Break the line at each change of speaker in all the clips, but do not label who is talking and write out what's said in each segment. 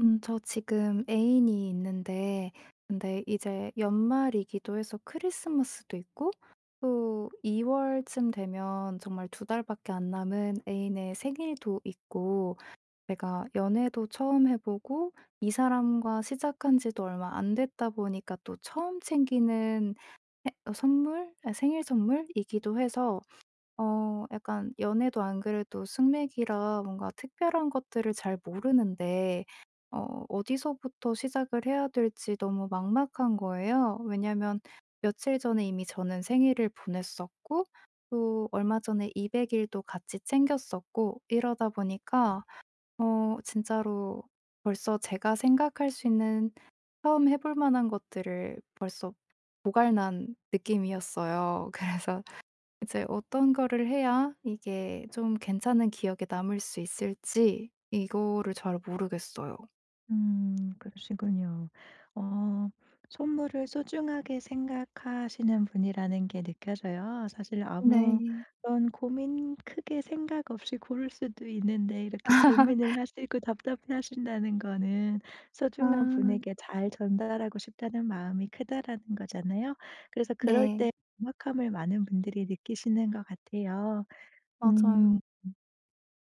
저 지금 애인이 있는데, 근데 이제 연말이기도 해서 크리스마스도 있고 또 2 월쯤 되면 정말 두 달밖에 안 남은 애인의 생일도 있고, 제가 연애도 처음 해 보고 이 사람과 시작한 지도 얼마 안 됐다 보니까 또 처음 챙기는 해 선물? 아 생일 선물이기도 해서 약간 연애도 안 그래도 숙맥이라 뭔가 특별한 것들을 잘 모르는데 어디서부터 시작을 해야 될지 너무 막막한 거예요. 왜냐면 며칠 전에 이미 저는 생일을 보냈었고 또 얼마 전에 200 일도 같이 챙겼었고 이러다 보니까 진짜로 벌써 제가 생각할 수 있는 처음 해볼 만한 것들을 벌써 보갈 난 느낌이었어요. 그래서 이제 어떤 거를 해야 이게 좀 괜찮은 기억에 남을 수 있을지 이거를 잘 모르겠어요.
그러시군요. 어 선물을 소중하게 생각하시는 분이라는 게 느껴져요. 사실 아무런
네.
고민 크게 생각 없이 고를 수도 있는데 이렇게 고민을 하시고 답답해하신다는 거는 소중한
아
분에게 잘 전달하고 싶다는 마음이 크다라는 거잖아요. 그래서 그럴 때
네.
막막함을 많은 분들이 느끼시는 것 같아요. 음.
맞아요.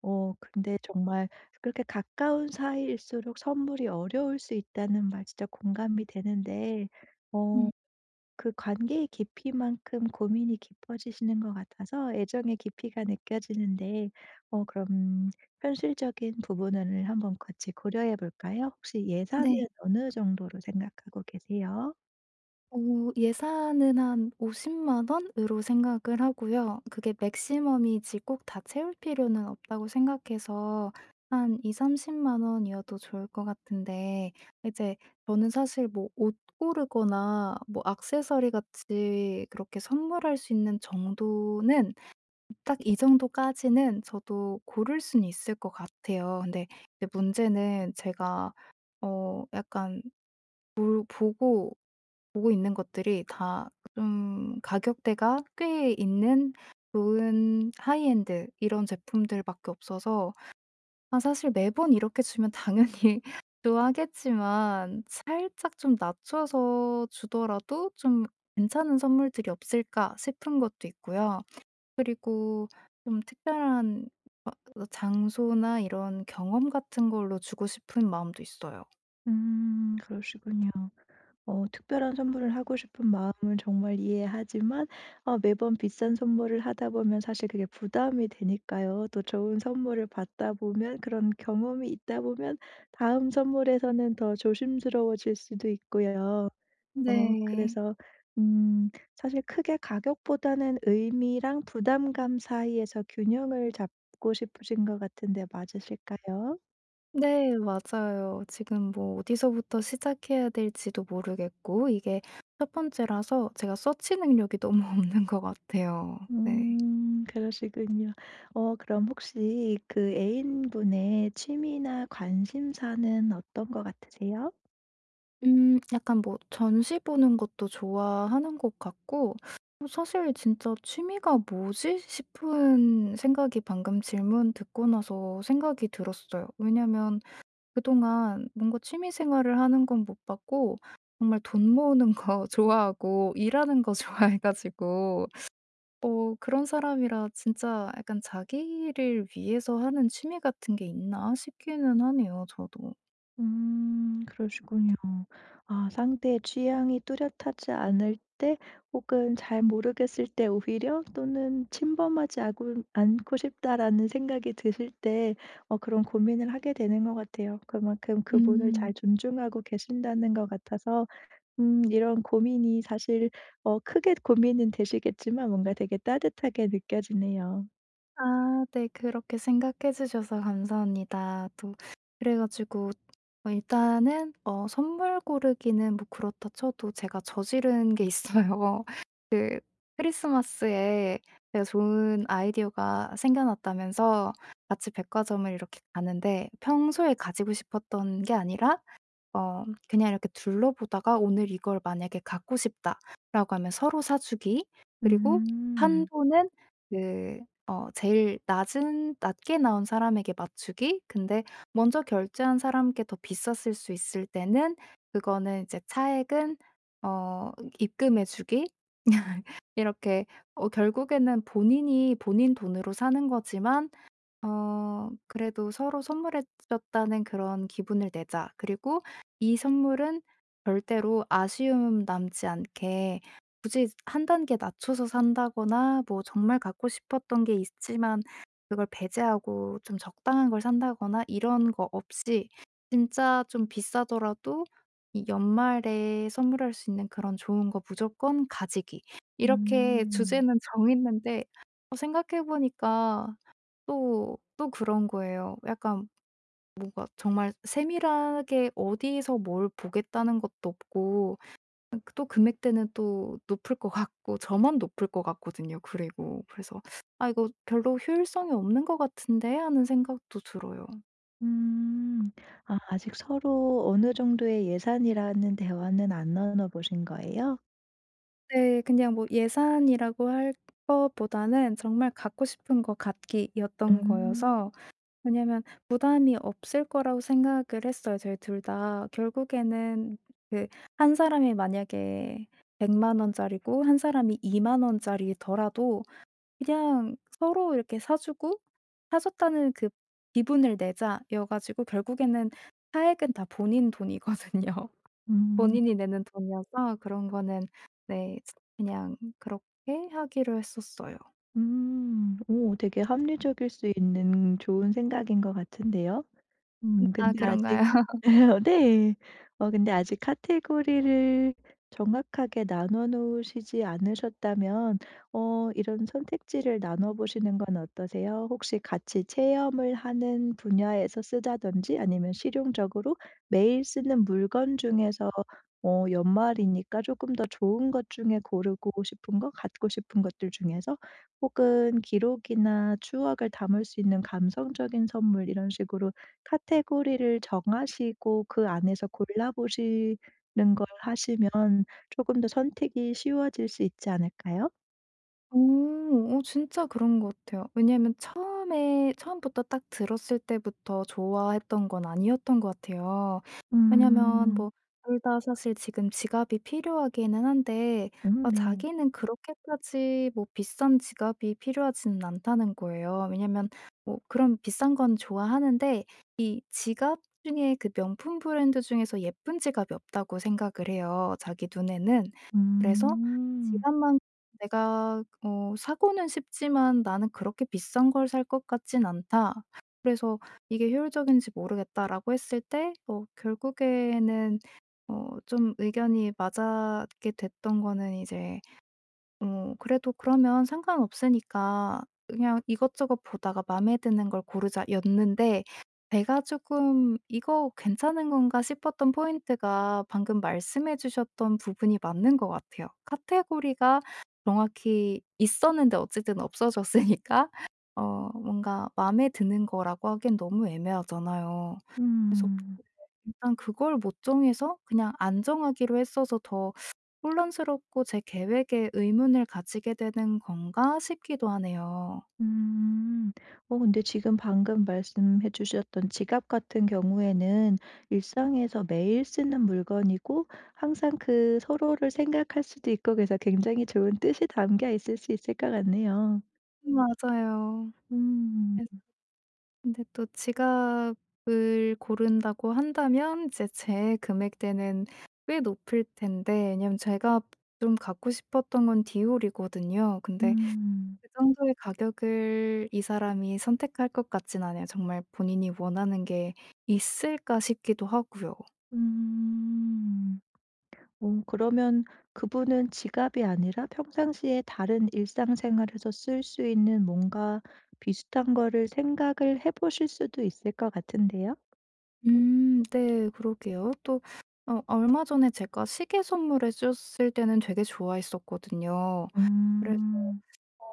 근데 정말 그렇게 가까운 사이일수록 선물이 어려울 수 있다는 말 진짜 공감이 되는데 어
음.
그 관계의 깊이만큼 고민이 깊어지시는 것 같아서 애정의 깊이가 느껴지는데 그럼 현실적인 부분을 한번 같이 고려해 볼까요? 혹시 예산은
네.
어느 정도로 생각하고 계세요?
어 예산은 한 5 0만 원으로 생각을 하고요. 그게 맥시멈이지 꼭 다 채울 필요는 없다고 생각해서 한2 삼십만 3 0 원이어도 좋을 것 같은데, 이제 저는 사실 뭐 옷 고르거나 뭐 액세서리 같이 그렇게 선물할 수 있는 정도는 딱 이 정도까지는 저도 고를 수는 있을 것 같아요. 근데 이제 문제는 제가 약간 볼 보고 보고 있는 것들이 다 좀 가격대가 꽤 있는 좋은 하이엔드 이런 제품들밖에 없어서 아 사실 매번 이렇게 주면 당연히 좋아하겠지만 살짝 좀 낮춰서 주더라도 좀 '괜찮은 선물들이 없을까?' 싶은 것도 있고요. 그리고 좀 특별한 어 장소나 이런 경험 같은 걸로 주고 싶은 마음도 있어요.
그러시군요. 특별한 선물을 하고 싶은 마음은 정말 이해하지만 매번 비싼 선물을 하다 보면 사실 그게 부담이 되니까요. 또 좋은 선물을 받다 보면 그런 경험이 있다 보면 다음 선물에서는 더 조심스러워질 수도 있고요.
네.
그래서 음 사실 크게 가격보다는 의미랑 부담감 사이에서 균형을 잡고 싶으신 것 같은데 맞으실까요?
네 맞아요. 지금 뭐 어디서부터 시작해야 될지도 모르겠고 이게 첫 번째라서 제가 서치 능력이 너무 없는 것 같아요. 네.
그러시군요. 그럼 혹시 그 애인분의 취미나 관심사는 어떤 것 같으세요?
약간 뭐 전시 보는 것도 좋아하는 것 같고 사실 진짜 '취미가 뭐지?' 싶은 생각이 방금 질문 듣고 나서 생각이 들었어요. 왜냐면 그동안 뭔가 취미 생활을 하는 건 못 봤고 정말 돈 모으는 거 좋아하고 일하는 거 좋아해 가지고 그런 사람이라 진짜 약간 자기를 위해서 하는 취미 같은 게 있나 싶기는 하네요 저도.
그러시군요. 아 상대의 취향이 뚜렷하지 않을 때 혹은 잘 모르겠을 때 오히려 또는 '침범하지 않고 싶다.'라는 생각이 드실 때 그런 고민을 하게 되는 것 같아요. 그만큼 그분을 잘
음.
존중하고 계신다는 것 같아서 이런 고민이 사실 크게 고민은 되시겠지만 뭔가 되게 따뜻하게 느껴지네요.
아 네. 그렇게 생각해 주셔서 감사합니다. 또 그래 가지고 일단은 선물 고르기는 뭐 그렇다 쳐도 제가 저지른 게 있어요. 그 크리스마스에 제가 좋은 아이디어가 생겨났다면서 같이 백화점을 이렇게 가는데, 평소에 가지고 싶었던 게 아니라 그냥 이렇게 둘러보다가 '오늘 이걸 만약에 갖고 싶다.'라고 하면 서로 사주기. 그리고
음.
한도는 그 제일 낮은 낮게 나온 사람에게 맞추기. 근데 먼저 결제한 사람께 더 비쌌을 수 있을 때는 그거는 이제 차액은 어 입금해 주기. 이렇게 결국에는 본인이 본인 돈으로 사는 거지만 그래도 서로 선물해 줬다는 그런 기분을 내자. 그리고 이 선물은 절대로 아쉬움 남지 않게 굳이 한 단계 낮춰서 산다거나 뭐 정말 갖고 싶었던 게 있지만 그걸 배제하고 좀 적당한 걸 산다거나 이런 거 없이 진짜 좀 비싸더라도 이 연말에 선물할 수 있는 그런 좋은 거 무조건 가지기. 이렇게
음.
주제는 정했는데 생각해 보니까 또 또 그런 거예요. 약간 뭔가 정말 세밀하게 어디서 뭘 보겠다는 것도 없고 또 금액대는 또 높을 것 같고 저만 높을 것 같거든요 그리고. 그래서 '아 이거 별로 효율성이 없는 것 같은데.' 하는 생각도 들어요.
음. 아 아직 서로 어느 정도의 예산이라는 대화는 안 나눠 보신 거예요?
네. 그냥 뭐 예산이라고 할 것보다는 정말 갖고 싶은 거 갖기였던
음.
거여서. 왜냐면 부담이 없을 거라고 생각을 했어요 저희 둘 다. 결국에는 그 한 사람이 만약에 1 0 0 원짜리고 한 사람이 2만 원짜리더라도 그냥 서로 이렇게 사 주고 사 줬다는 그 기분을 내자 여 가지고 결국에는 차액은 다 본인 돈이거든요.
음.
본인이 내는 돈이어서 그런 거는, 네, 그냥 그렇게 하기로 했었어요.
음. 오 되게 합리적일 수 있는 좋은 생각인 것 같은데요.
아
근데 아직
그런가요?
네. 근데 아직 카테고리를 정확하게 나눠 놓으시지 않으셨다면 이런 선택지를 나눠 보시는 건 어떠세요? 혹시 같이 체험을 하는 분야에서 쓰다든지 아니면 실용적으로 매일 쓰는 물건 중에서 연말이니까 조금 더 좋은 것 중에 고르고 싶은 거, 갖고 싶은 것들 중에서 혹은 기록이나 추억을 담을 수 있는 감성적인 선물 이런 식으로 카테고리를 정하시고 그 안에서 골라보시는 걸 하시면 조금 더 선택이 쉬워질 수 있지 않을까요?
오, 진짜 그런 것 같아요. 왜냐하면 처음에 처음부터 딱 들었을 때부터 좋아했던 건 아니었던 것 같아요. 왜냐하면
음.
뭐 둘 다 사실 지금 지갑이 필요하기는 한데 아
네.
자기는 그렇게까지 뭐 비싼 지갑이 필요하지는 않다는 거예요. 왜냐하면 뭐 그런 비싼 건 좋아하는데 이 지갑 중에 그 명품 브랜드 중에서 예쁜 지갑이 없다고 생각을 해요 자기 눈에는. 그래서
음.
지갑만 내가 사고는 싶지만 '나는 그렇게 비싼 걸 살 것 같진 않다. 그래서 이게 효율적인지 모르겠다.'라고 했을 때 결국에는 좀 의견이 맞게 됐던 거는 이제 그래도 그러면 상관없으니까 그냥 이것저것 보다가 마음에 드는 걸 고르자였는데, 제가 조금 '이거 괜찮은 건가?' 싶었던 포인트가 방금 말씀해 주셨던 부분이 맞는 것 같아요. 카테고리가 정확히 있었는데 어쨌든 없어졌으니까 뭔가 마음에 드는 거라고 하기엔 너무 애매하잖아요.
음.
일단 그걸 못 정해서 그냥 안 정하기로 했어서 더 혼란스럽고 제 계획에 의문을 가지게 되는 건가 싶기도 하네요.
음. 근데 지금 방금 말씀해 주셨던 지갑 같은 경우에는 일상에서 매일 쓰는 물건이고 항상 그 서로를 생각할 수도 있고 그래서 굉장히 좋은 뜻이 담겨 있을 수 있을 것 같네요.
맞아요.
음.
그 근데 또 지갑을 고른다고 한다면 이제 제 금액대는 꽤 높을 텐데, 왜냐면 제가 좀 갖고 싶었던 건 디올이거든요. 근데
음.
그 정도의 가격을 이 사람이 선택할 것 같진 않아요. 정말 본인이 원하는 게 있을까 싶기도 하고요.
음. 그러면 그분은 지갑이 아니라 평상시에 다른 일상생활에서 쓸 수 있는 뭔가 비슷한 거를 생각을 해 보실 수도 있을 것 같은데요.
네 그러게요. 또 얼마 전에 제가 시계 선물해 줬을 때는 되게 좋아했었거든요. 그래서
음.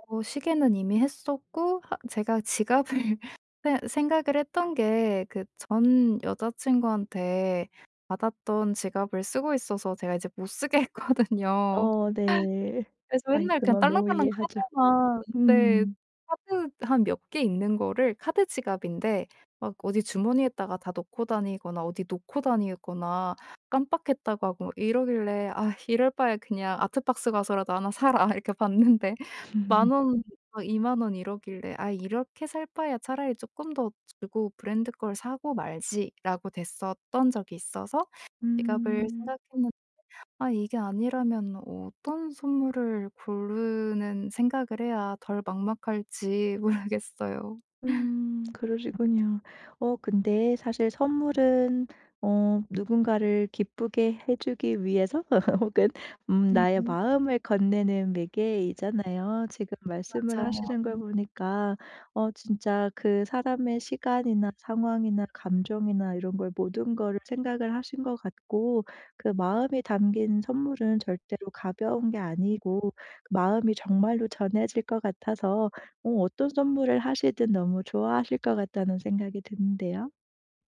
시계는 이미 했었고 하 제가 지갑을 세 생각을 했던 게 그 전 여자친구한테 받았던 지갑을 쓰고 있어서 제가 이제 못 쓰게 했거든요.
어 네.
그래서
아이
맨날
그
그냥
만 너무
딸랑딸랑
이해하죠.
카드만 네.
음.
카드 한 몇 개 있는 거를 카드 지갑인데 막 어디 주머니에다가 다 넣고 다니거나 어디 놓고 다니거나 깜빡했다고 하고 뭐 이러길래 '아 이럴 바에 그냥 아트박스 가서라도 하나 사라.' 이렇게 봤는데 만 원 막 이만 원 이러길래 '아 이렇게 살 바에야 차라리 쪼끔 더 주고 브랜드 걸 사고 말지.'라고 됐었던 적이 있어서 지갑을
음.
생각했는 아 이게 아니라면 어떤 선물을 고르는 생각을 해야 덜 막막할지 모르겠어요.
그러시군요. 근데 사실 선물은 누군가를 기쁘게 해 주기 위해서 혹은 나의
네.
마음을 건네는 매개이잖아요. 지금 말씀을 하시는
맞아요.
걸 보니까 진짜 그 사람의 시간이나 상황이나 감정이나 이런 걸 모든 거를 생각을 하신 것 같고 그 마음이 담긴 선물은 절대로 가벼운 게 아니고 마음이 정말로 전해질 것 같아서 어떤 선물을 하시든 너무 좋아하실 것 같다는 생각이 드는데요.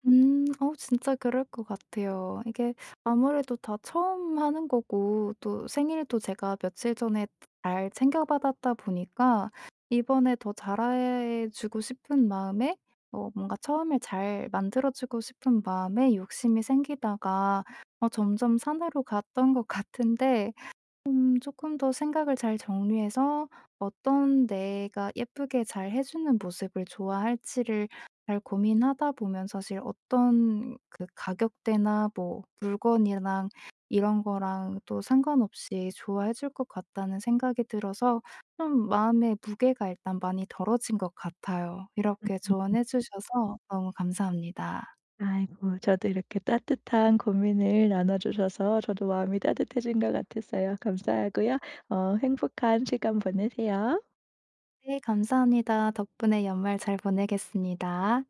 음. 진짜 그럴 것 같아요. 이게 아무래도 다 처음 하는 거고 또 생일도 제가 며칠 전에 잘 챙겨 받았다 보니까 이번에 더 잘해 주고 싶은 마음에 뭔가 처음에 잘 만들어 주고 싶은 마음에 욕심이 생기다가 점점 산으로 갔던 것 같은데 조금 더 생각을 잘 정리해서 어떤 내가 예쁘게 잘 해 주는 모습을 좋아할지를 잘 고민하다 보면 사실 어떤 그 가격대나 뭐 물건이랑 이런 거랑 또 상관없이 좋아해 줄 것 같다는 생각이 들어서 좀 마음의 무게가 일단 많이 덜어진 것 같아요. 이렇게 조언해 주셔서 너무 감사합니다.
아이고 저도 이렇게 따뜻한 고민을 나눠 주셔서 저도 마음이 따뜻해진 것 같았어요. 감사하고요. 행복한 시간 보내세요.
네 감사합니다. 덕분에 연말 잘 보내겠습니다.